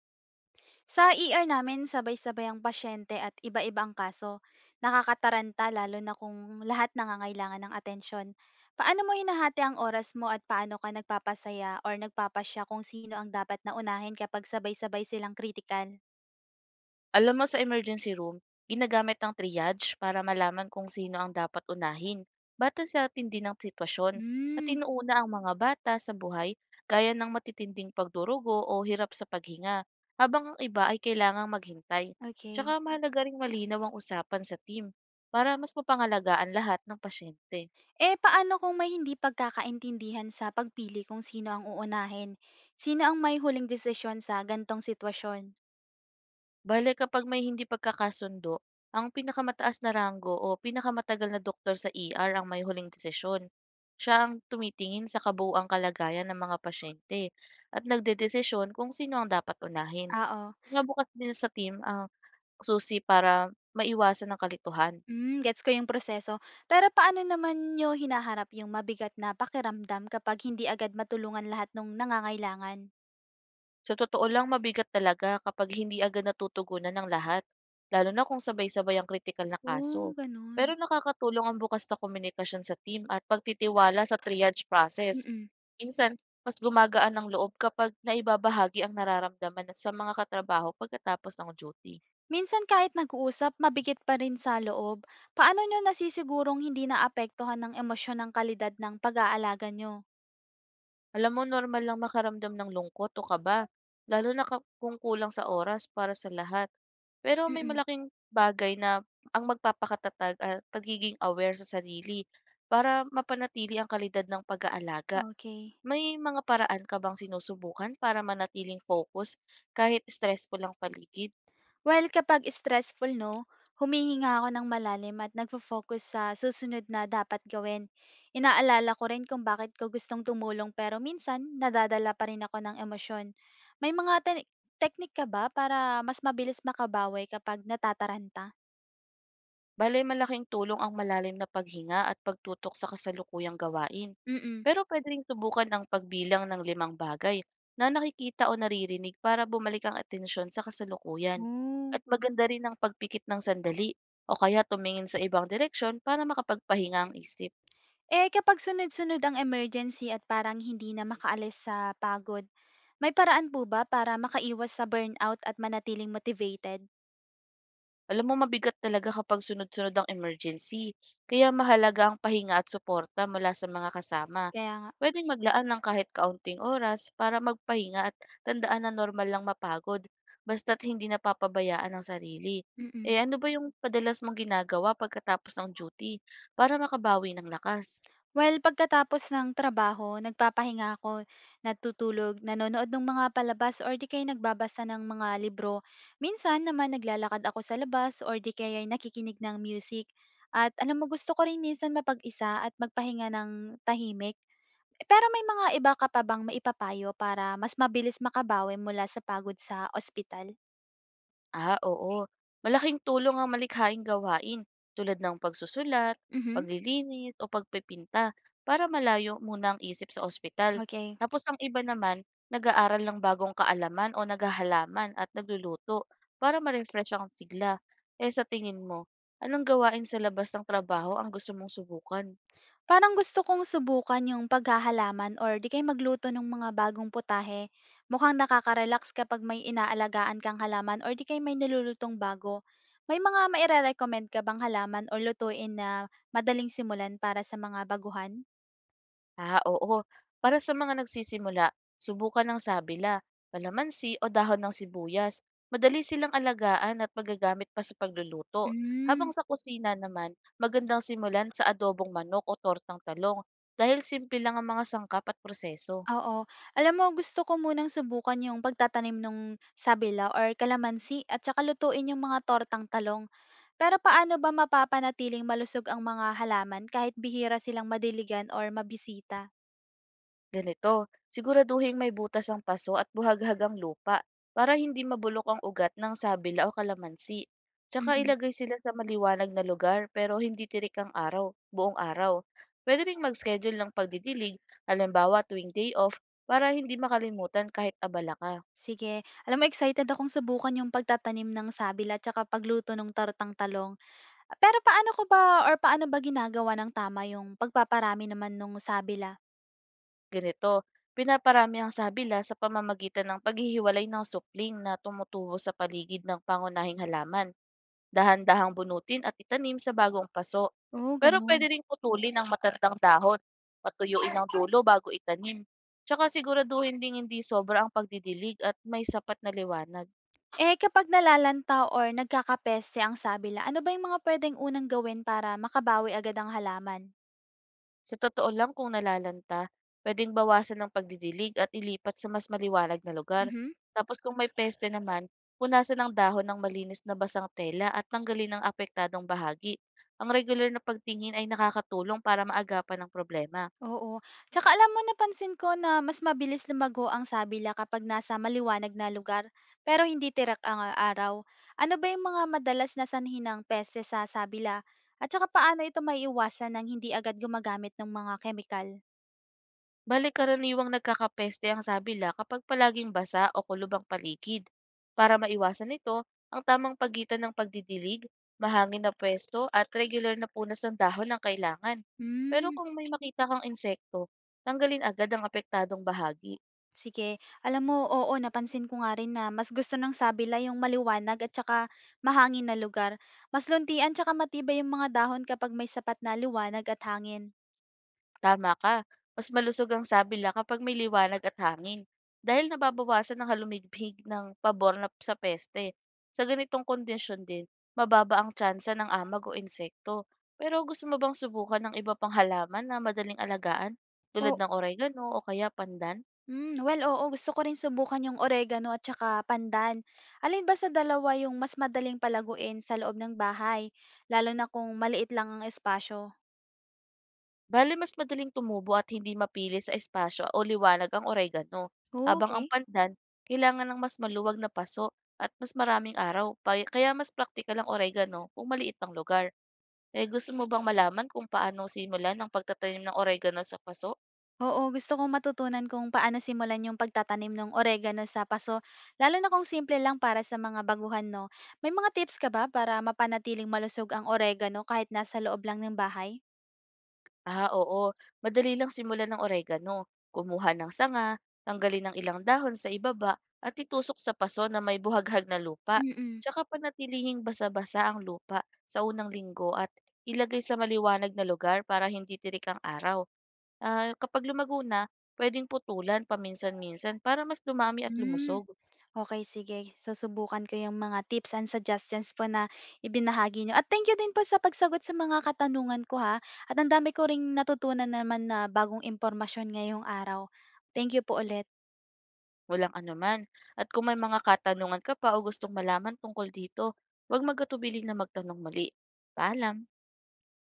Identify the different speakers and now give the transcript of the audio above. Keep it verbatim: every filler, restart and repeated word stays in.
Speaker 1: Sa i ar namin sabay-sabay ang pasyente at iba-iba ang kaso. Nakakataranta lalo na kung lahat nangangailangan ng atensyon. Paano mo hinahati ang oras mo at paano ka nagpapasaya or nagpapasya kung sino ang dapat na unahin kapag sabay-sabay silang critical?
Speaker 2: Alam mo, sa emergency room, ginagamit ang triage para malaman kung sino ang dapat unahin batay sa tindi ng sitwasyon at
Speaker 1: Hmm.
Speaker 2: inuuna ang mga bata sa buhay gaya ng matitinding pagdurugo o hirap sa paghinga habang ang iba ay kailangang maghintay.
Speaker 1: Okay.
Speaker 2: Tsaka mahalaga ring malinaw ang usapan sa team para mas mapangalagaan lahat ng pasyente.
Speaker 1: Eh, paano kung may hindi pagkakaintindihan sa pagpili kung sino ang uunahin? Sino ang may huling desisyon sa gantong sitwasyon?
Speaker 2: Bale kapag may hindi pagkakasundo, ang pinakamataas na ranggo o pinakamatagal na doktor sa E R ang may huling desisyon. Siya ang tumitingin sa kabuuang kalagayan ng mga pasyente at nagdedesisyon kung sino ang dapat unahin.
Speaker 1: Oo.
Speaker 2: Saka din sa team ang susi para maiwasan ang kalituhan.
Speaker 1: Hmm, gets ko yung proseso. Pero paano naman niyo hinaharap yung mabigat na pakiramdam kapag hindi agad matulungan lahat nung nangangailangan?
Speaker 2: Sa totoo lang, mabigat talaga kapag hindi agad natutugunan ng lahat, lalo na kung sabay-sabay ang kritikal na kaso.
Speaker 1: Oo, ganun.
Speaker 2: Pero nakakatulong ang bukas na komunikasyon sa team at pagtitiwala sa triage process.
Speaker 1: Mm.
Speaker 2: Minsan, mas gumagaan ang loob kapag naibabahagi ang nararamdaman sa mga katrabaho pagkatapos ng duty.
Speaker 1: Minsan kahit nag-uusap, mabigat pa rin sa loob. Paano niyo nasisigurong hindi naapektuhan ng emosyon ng kalidad ng pag-aalaga niyo?
Speaker 2: Alam mo, normal lang makaramdam ng lungkot o kaba, lalo na ka- kung kulang sa oras para sa lahat. Pero may
Speaker 1: Mm.
Speaker 2: malaking bagay na ang magpapakatatag at pagiging aware sa sarili para mapanatili ang kalidad ng pag-aalaga.
Speaker 1: Okey.
Speaker 2: May mga paraan ka bang sinusubukan para manatiling focus kahit stressful ang paligid?
Speaker 1: Well, kapag stressful, no, humihinga ako ng malalim at nagfo-focus sa susunod na dapat gawin. Inaalala ko rin kung bakit ko gustong tumulong pero minsan nadadala pa rin ako ng emosyon. May mga te- technique ka ba para mas mabilis makabawi kapag natataranta?
Speaker 2: Bale, malaking tulong ang malalim na paghinga at pagtutok sa kasalukuyang gawain.
Speaker 1: Mm-mm.
Speaker 2: Pero pwede ring subukan ang pagbilang ng limang bagay na nakikita o naririnig para bumalik ang atensyon sa kasalukuyan.
Speaker 1: Oo.
Speaker 2: At maganda rin ang pagpikit ng sandali o kaya tumingin sa ibang direksyon para makapagpahinga ang isip.
Speaker 1: Eh, kapag sunod-sunod ang emergency at parang hindi na makaalis sa pagod, may paraan po ba para makaiwas sa burnout at manatiling motivated?
Speaker 2: Alam mo, mabigat talaga kapag sunod-sunod ang emergency, kaya mahalaga ang pahinga at suporta mula sa mga kasama.
Speaker 1: Kaya nga.
Speaker 2: Pwedeng maglaan ng kahit kaunting oras para magpahinga at tandaan na normal lang mapagod, basta't hindi napapabayaan ang sarili.
Speaker 1: Mm.
Speaker 2: Eh, ano ba yung padalas mong ginagawa pagkatapos ng duty para makabawi ng lakas?
Speaker 1: Well, pagkatapos ng trabaho, nagpapahinga ako, natutulog, nanonood ng mga palabas or di kaya nagbabasa ng mga libro. Minsan naman naglalakad ako sa labas or di kaya ay nakikinig ng music. At alam mo, gusto ko rin minsan mapag-isa at magpahinga ng tahimik. Pero may mga iba ka pa bang maipapayo para mas mabilis makabawi mula sa pagod sa ospital?
Speaker 2: Ah, oo. Malaking tulong ang malikhaing gawain tulad ng pagsusulat,
Speaker 1: Mhm.
Speaker 2: paglilinis o pagpipinta para malayo muna ang isip sa ospital.
Speaker 1: Okay.
Speaker 2: Tapos ang iba naman, nag-aaral ng bagong kaalaman o naghahalaman at nagluluto para ma-refresh ang sigla. Eh sa tingin mo, anong gawain sa labas ng trabaho ang gusto mong subukan?
Speaker 1: Parang gusto kong subukan yung paghahalaman or di kaya magluto ng mga bagong putahe. Mukhang nakaka-relax kapag may inaalagaan kang halaman or di kaya may nilulutong bago. May mga maire-recommend ka bang halaman o lutuin na madaling simulan para sa mga baguhan?
Speaker 2: Ah, oo. Para sa mga nagsisimula, subukan ng sabila, kalamansi o dahon ng sibuyas. Madali silang alagaan at magagamit pa sa pagluluto. Habang
Speaker 1: Mm.
Speaker 2: sa kusina naman, magandang simulan sa adobong manok o tortang talong dahil simple lang ang mga sangkap at proseso.
Speaker 1: Oo. Alam mo, gusto ko munang subukan yung pagtatanim ng sabila or kalamansi at saka lutuin yung mga tortang talong. Pero paano ba mapapanatiling malusog ang mga halaman kahit bihira silang madiligan or mabisita?
Speaker 2: Ganito, siguraduhin may butas ang paso at buhaghag ang lupa para hindi mabulok ang ugat ng sabila o kalamansi. Tsaka
Speaker 1: Mm.
Speaker 2: ilagay sila sa maliwanag na lugar pero hindi tirik ang araw, buong araw. Pwede ring mag-schedule ng pagdidilig, halimbawa tuwing day off, para hindi makalimutan kahit abala ka.
Speaker 1: Sige. Alam mo, excited akong subukan yung pagtatanim ng sabila at saka pagluto ng tortang talong. Pero paano ko ba or paano ba ginagawa ng tama yung pagpaparami naman ng sabila?
Speaker 2: Ganito, pinaparami ang sabila sa pamamagitan ng paghihiwalay ng supling na tumutubo sa paligid ng pangunahing halaman. Dahan-dahang bunutin at itanim sa bagong paso.
Speaker 1: Oo,
Speaker 2: Pero
Speaker 1: ganun.
Speaker 2: puwede ring putulin ang matandang dahon, patuyuin ang dulo bago itanim, tsaka siguraduhin ding hindi sobra ang pagdidilig at may sapat na liwanag.
Speaker 1: Eh, kapag nalalanta or nagkakapeste ang sabila, ano ba yung mga pwedeng unang gawin para makabawi agad ang halaman?
Speaker 2: Sa totoo lang, kung nalalanta, puwedeng bawasan ng pagdidilig at ilipat sa mas maliwanag na lugar.
Speaker 1: Mhm.
Speaker 2: Tapos kung may peste naman, punasan ng dahon ng malinis na basang tela at tanggalin ang apektadong bahagi. Ang regular na pagtingin ay nakakatulong para maagapan ang problema.
Speaker 1: Oo. Tsaka alam mo, napansin ko na mas mabilis lumago ang sabila kapag nasa maliwanag na lugar, pero hindi tirak ang ah, araw. Ano ba yung mga madalas na sanhi ng peste sa sabila? At saka paano ito maiiwasan ng hindi agad gumagamit ng mga kemikal?
Speaker 2: Bale karaniwang nagkakapeste ang sabila kapag palaging basa o kulob ang paligid. Para maiwasan nito, ang tamang pagitan ng pagdidilig, mahangin na pwesto at regular na punas ng dahon ang kailangan. Pero
Speaker 1: Mm.
Speaker 2: kung may makita kang insekto, tanggalin agad ang apektadong bahagi.
Speaker 1: Sige. Alam mo, oo, napansin ko nga rin na mas gusto ng sabila yung maliwanag at saka mahangin na lugar. Mas luntian tsaka matibay yung mga dahon kapag may sapat na liwanag at hangin.
Speaker 2: Tama ka. Mas malusog ang sabila kapag may liwanag at hangin dahil nababawasan ang halumigpig ng pabor na sa peste. Sa ganitong kondisyon din, mababa ang tsansa ng amag o insekto. Pero gusto mo bang subukan ng iba pang halaman na madaling alagaan tulad
Speaker 1: O.
Speaker 2: ng oregano o kaya pandan?
Speaker 1: Mm, well, oo, gusto ko rin subukan yung oregano at saka pandan. Alin ba sa dalawa yung mas madaling palaguin sa loob ng bahay? Lalo na kung maliit lang ang espasyo.
Speaker 2: Bale mas madaling tumubo at hindi mapili sa espasyo o liwanag ang oregano, habang ang
Speaker 1: Okay.
Speaker 2: pandan kailangan ng mas maluwag na paso at mas maraming araw pa, kaya mas praktikal ang oregano kung maliit ang lugar. Eh, gusto mo bang malaman kung paano simulan ang pagtatanim ng oregano sa paso?
Speaker 1: Oo, gusto kong matutunan kung paano simulan yung pagtatanim ng oregano sa paso, lalo na kung simple lang para sa mga baguhan, no? May mga tips ka ba para mapanatiling malusog ang oregano kahit nasa loob lang ng bahay?
Speaker 2: Ah, oo. Madali lang simulan ng oregano. Kumuha ng sanga, tanggalin ng ilang dahon sa ibaba at itusok sa paso na may buhaghag na lupa.
Speaker 1: Mm-mm.
Speaker 2: Tsaka panatilihing basa-basa ang lupa sa unang linggo at ilagay sa maliwanag na lugar para hindi tirik ang araw. Ah, kapag lumago na, pwedeng putulan paminsan-minsan para mas dumami at
Speaker 1: Mm.
Speaker 2: lumusog.
Speaker 1: Okay, sige. Susubukan ko yung mga tips and suggestions po na ibinahagi nyo. At thank you din po sa pagsagot sa mga katanungan ko, ha. At ang dami ko ring natutunan naman na bagong impormasyon ngayong araw. Thank you po ulit.
Speaker 2: Walang anuman. At kung may mga katanungan ka pa o gustong malaman tungkol dito, huwag magatubili na magtanong mali. Paalam!